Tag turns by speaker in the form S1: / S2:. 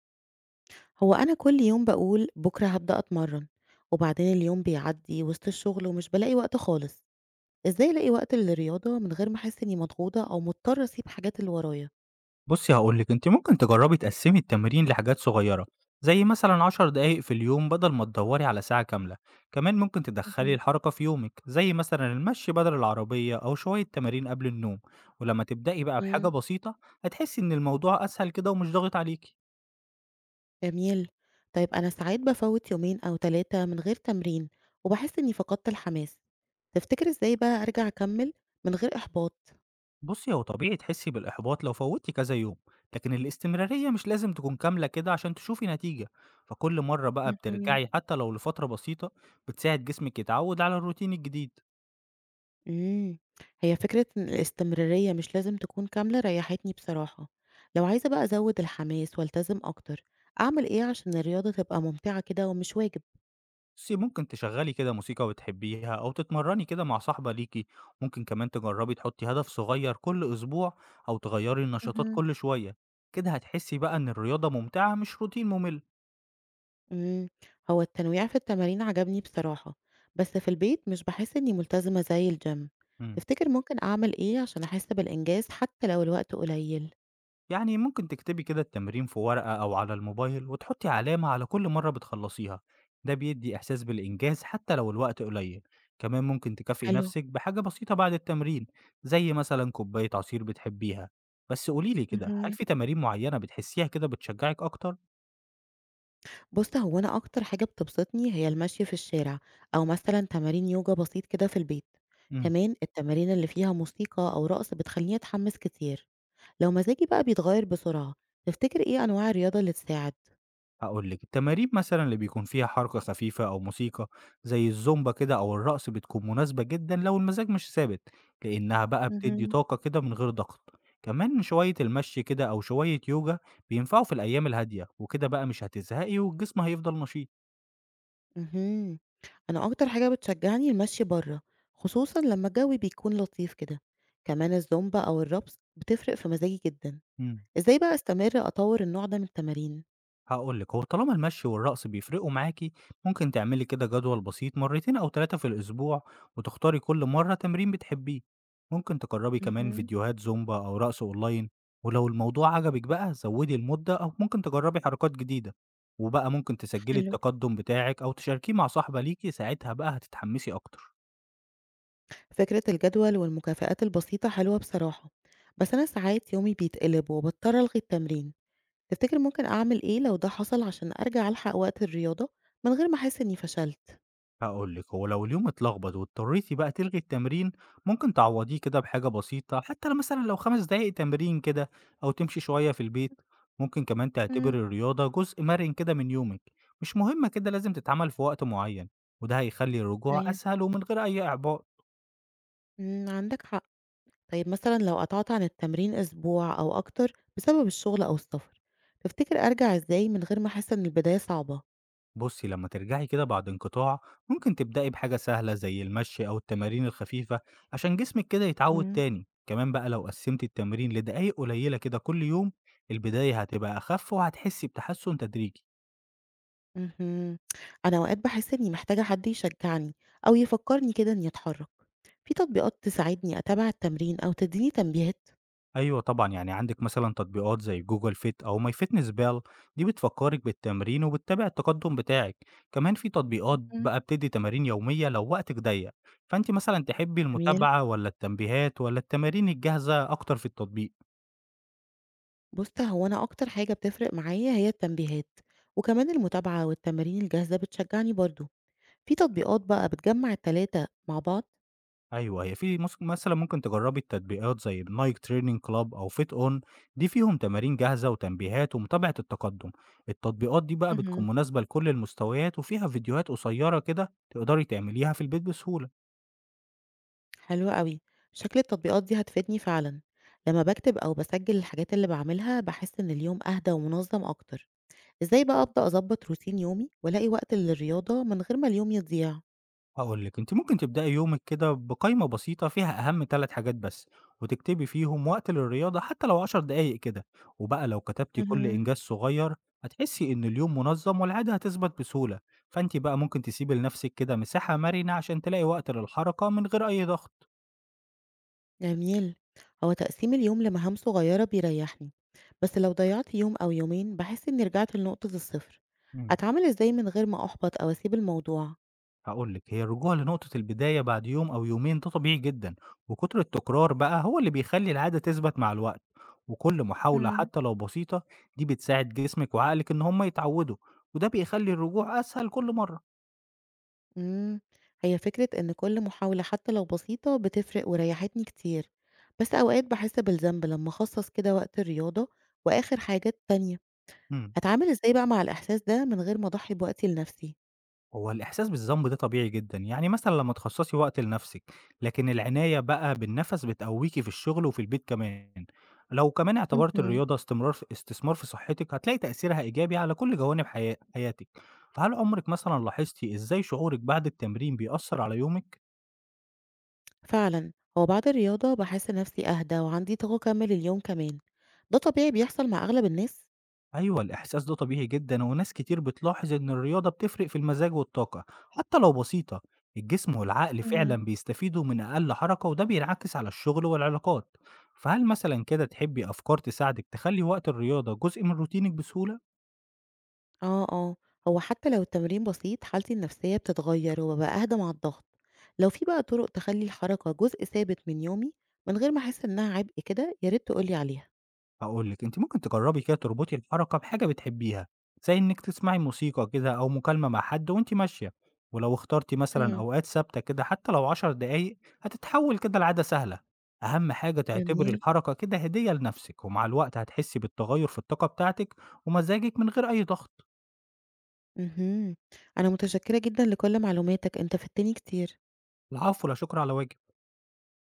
S1: هو أنا كل يوم بقول بكرة هبدأ أتمرن، وبعدين اليوم بيعدي وسط الشغل ومش بلاقي وقت خالص. إزاي ألاقي وقت للرياضة من غير ما أحس إني مضغوطة أو مضطرة أسيب حاجات اللي ورايا؟
S2: بُصّي هاقول لِك، أنتِ ممكن تجرّبي تقسّمي التمرين لحاجات صغيّرة، زي مثلًا 10 دقايق في اليوم بدل ما تدوّري على ساعة كاملة، كمان ممكن تدخّلي
S1: مهم.
S2: الحركة في يومِك، زي مثلًا المشي بدل العربية أو شوية تمارين قبل النوم، ولمّا تبدئي بقى بحاجة
S1: مم.
S2: بسيطة هتحسّي إن الموضوع أسهل كده ومش ضاغط عليكِ.
S1: جميل. طيب أنا ساعات بفوت يومين أو تلاتة من غير تمرين وبحس إني فقدت الحماس. تفتكر إزاي بقى أرجع أكمل من غير إحباط؟
S2: بُصّي هو طبيعي تحسّي بالإحباط لو فوّتِ كذا يوم، لكن الاستمرارية مش لازم تكون كاملة كده عشان تشوفي نتيجة، فكل مرّة بقى
S1: مهم.
S2: بترجعي حتى لو لفترة بسيطة بتساعد جسمِك يتعوّد على الروتين الجديد.
S1: إمم، هي فكرة إن الاستمرارية مش لازم تكون كاملة ريحتني بصراحة، لو عايزة بقى أزود الحماس والتزم أكتر، أعمل إيه عشان الرياضة تبقى ممتعة كده ومش واجب؟
S2: بُصّي، ممكن تشغّلي كده موسيقى بتحبيها أو تتمرّني كده مع صاحبة ليكِ، ممكن كمان تجرّبي تحُطّي هدف صغير كل أسبوع أو تغيّري النشاطات
S1: اهم.
S2: كل شوية، كده هتحسّي بقى إن الرياضة ممتعة مش روتين مُمِل.
S1: إمم، هو التنويع في التمارين عجبني بصراحة، بس في البيت مش باحس إني ملتزمة زي الgym،
S2: إمم.
S1: تفتكر ممكن أعمل إيه عشان أحس بالإنجاز حتى لو الوقت قليل؟
S2: يعني ممكن تكتبي كده التمرين في ورقة أو على الموبايل وتحطي علامة على كل مرة بتخلصيها، ده بيدي إحساس بالإنجاز حتى لو الوقت قليل. كمان ممكن تكافئي
S1: حلو.
S2: نفسك بحاجة بسيطة بعد التمرين، زي مثلا كوباية عصير بتحبيها. بس قوليلي كده هل
S1: اهم.
S2: في تمارين معينة بتحسيها كده بتشجعك أكتر؟
S1: بُص، هو أنا أكتر حاجة بتبسطني هي المشي في الشارع، أو مثلًا تمارين يوجا بسيط كده في البيت،
S2: مم.
S1: كمان التمارين اللي فيها موسيقى أو رقص بتخليني أتحمس كتير، لو مزاجي بقى بيتغير بسرعة، تفتكر إيه أنواع الرياضة اللي تساعد؟
S2: هاقول لِك، التمارين مثلًا اللي بيكون فيها حركة خفيفة أو موسيقى زي الزومبا كده أو الرقص بتكون مناسبة جدًا لو المزاج مش ثابت، لإنها بقى بتدّي
S1: اهم.
S2: طاقة كده من غير ضغط. كمان شوية المشي كده أو شوية يوجا بينفعوا في الأيام الهادية، وكده بقى مش هتزهقي والجسم هيفضل نشيط.
S1: اهم، أنا أكتر حاجة بتشجعني المشي برّه، خصوصًا لمّا الجو بيكون لطيف كده، كمان الزومبا أو الرقص بتفرق في مزاجي جدًا،
S2: إمم.
S1: إزاي بقى أستمر أطوّر النوع ده من التمارين؟
S2: هاقول لِك، هو طالما المشي والرقص بيفرقوا معاكِ، ممكن تعملي كده جدول بسيط مرتين أو 3 في الأسبوع، وتختاري كل مرة تمرين بتحبيه. ممكن تجربي كمان
S1: اهم.
S2: فيديوهات زومبا أو رقص أونلاين، ولو الموضوع عجبِك بقى زودي المدة أو ممكن تجربي حركات جديدة، وبقى ممكن تسجلي
S1: حلو.
S2: التقدم بتاعِك أو تشاركيه مع صاحبة ليكِ، ساعتها بقى هتتحمسي أكتر.
S1: فكرة الجدول والمكافآت البسيطة حلوة بصراحة، بس أنا ساعات يومي بيتقلب وبضطر ألغي التمرين. تفتكر ممكن أعمل إيه لو ده حصل عشان أرجع ألحق وقت الرياضة من غير ما أحس إني فشلت؟
S2: هاقول لِك، هو لو اليوم اتلخبط واضطريتِ بقى تلغي التمرين، ممكن تعوّضيه كده بحاجة بسيطة، حتى لو مثلًا لو 5 دقايق تمرين كده أو تمشي شوية في البيت. ممكن كمان
S1: امم.
S2: تعتبري الرياضة جزء مرن كده من يومِك، مش مهمة كده لازم تتعمل في وقت معين، وده هيخلّي الرجوع
S1: ايوه.
S2: أسهل ومن غير أي إعباء.
S1: مم، عندك حق. طيب مثلا لو قطعت عن التمرين أسبوع أو أكتر بسبب الشغل أو السفر، تفتكر أرجع إزاي من غير ما أحس إن البداية صعبة؟
S2: بصي لما ترجعي كده بعد انقطاع، ممكن تبدأي بحاجة سهلة زي المشي أو التمارين الخفيفة عشان جسمك كده يتعود
S1: امم.
S2: تاني. كمان بقى لو قسمتي التمرين لدقايق قليلة كده كل يوم، البداية هتبقى أخف وهتحسي بتحسن تدريجي.
S1: مهم. أنا أوقات بحس إني محتاجة حد يشجعني أو يفكرني كده إني أتحرك. في تطبيقات تساعدني أتابع التمرين أو تديني تنبيهات؟
S2: أيوة طبعا، يعني عندك مثلا تطبيقات زي جوجل فيت أو ماي فيتنس بال، دي بتفكرك بالتمرين وبتتابع التقدم بتاعك. كمان في تطبيقات
S1: مهم.
S2: بقى بتدي تمارين يومية لو وقتك ضيق. فأنت مثلا تحبي
S1: جميل.
S2: المتابعة ولا التنبيهات ولا التمارين الجاهزة أكتر في التطبيق؟
S1: بص، هو أنا أكتر حاجة بتفرق معايا هي التنبيهات، وكمان المتابعة والتمارين الجاهزة بتشجعني برضو. في تطبيقات بقى بتجمع التلاتة مع بعض؟
S2: أيوه، هي في مس مثلًا ممكن تجرّبي التطبيقات زي الNike Training Club أو FitOn، دي فيهم تمارين جاهزة وتنبيهات ومتابعة التقدُّم، التطبيقات دي بقى
S1: مهم.
S2: بتكون مناسبة لكل المستويات وفيها فيديوهات قصيّرة كده تقدري تعمليها في البيت بسهولة.
S1: حلوة قوي، شكل التطبيقات دي هتفيدني فعلا. لما بكتب أو بسجل الحاجات اللي بعملها بحس إن اليوم أهدى ومنظم أكتر. إزاي بقى أبدأ أظبط روتين يومي وألاقي وقت للرياضة من غير ما اليوم يضيع؟
S2: هاقول لِك، أنتِ ممكن تبدئي يومِك كده بقايمة بسيطة فيها أهم 3 حاجات بس، وتكتبي فيهم وقت للرياضة حتى لو 10 دقايق كده، وبقى لو كتبتِ كل
S1: مهم.
S2: إنجاز صغير هتحسي إن اليوم منظم والعادة هتثبت بسهولة، فأنتِ بقى ممكن تسيبي لنفسِك كده مساحة مرنة عشان تلاقي وقت للحركة من غير أي ضغط.
S1: جميل. هو تقسيم اليوم لمهام صغيرة بيريحني، بس لو ضيعت يوم أو يومين بحس إني رجعت لنقطة الصفر.
S2: إمم.
S1: أتعامل إزاي من غير ما أحبط أو أسيب الموضوع؟
S2: هاقول لِك، هي الرجوع لنقطة البداية بعد يوم أو يومين ده طبيعي جدًا، وكتر التكرار بقى هو اللي بيخلّي العادة تثبت مع الوقت، وكل محاولة
S1: مم.
S2: حتى لو بسيطة دي بتساعد جسمِك وعقلِك إن هُم يتعودوا، وده بيخلّي الرجوع أسهل كل مرة.
S1: مم. هي فكرة إن كل محاولة حتى لو بسيطة بتفرق وريحتني كتير، بس أوقات بحس بالذنب لما أخصص كده وقت الرياضة وآخر حاجات تانية.
S2: إمم.
S1: أتعامل إزاي بقى مع الإحساس ده من غير ما أضحي بوقتي لنفسي؟
S2: هو الإحساس بالذنب ده طبيعي جدًا، يعني مثلًا لمّا تخصصي وقت لنفسِك، لكن العناية بقى بالنَفَس بتقويكِ في الشغل وفي البيت كمان، لو كمان اعتبرتِ
S1: مهم.
S2: الرياضة استمرار في استثمار في صحتِك هتلاقي تأثيرها إيجابي على كل جوانب حياتِك، فهل عمرِك مثلًا لاحظتِ إزاي شعورِك بعد التمرين بيأثر على يومِك؟
S1: فعلا، هو بعد الرياضة بحس نفسي أهدى وعندي طاقة أكمل اليوم كمان. ده طبيعي بيحصل مع أغلب الناس؟
S2: أيوة الإحساس ده طبيعي جدًا، وناس كتير بتلاحظ إن الرياضة بتفرق في المزاج والطاقة، حتى لو بسيطة، الجسم والعقل
S1: مم.
S2: فعلًا بيستفيدوا من أقل حركة وده بينعكس على الشغل والعلاقات، فهل مثلًا كده تحبي أفكار تساعدِك تخلّي وقت الرياضة جزء من روتينِك بسهولة؟
S1: اه اه، هو حتى لو التمرين بسيط حالتي النفسية بتتغير وببقى أهدى مع الضغط. لو في بقى طرق تخلي الحركة جزء ثابت من يومي من غير ما أحس إنها عبء كده، يا ريت تقولي عليها.
S2: هاقول لِك، أنتِ ممكن تجرّبي كده تربطي الحركة بحاجة بتحبيها، زي إنِّك تسمعي موسيقى كده أو مكالمة مع حد وأنتِ ماشية، ولو اخترتِ مثلًا
S1: مم.
S2: أوقات ثابتة كده حتى لو 10 دقايق هتتحوّل كده لعادة سهلة، أهم حاجة
S1: جميل
S2: تعتبري
S1: جميل.
S2: الحركة كده هدية لنَفْسِك، ومع الوقت هتحسّي بالتغيُّر في الطاقة بتاعتِك ومزاجِك من غير أي ضغط.
S1: مهم. أنا متشكرة جدا لكل معلوماتك، أنت فدتني كتير.
S2: العفو، لا شُكر على واجب.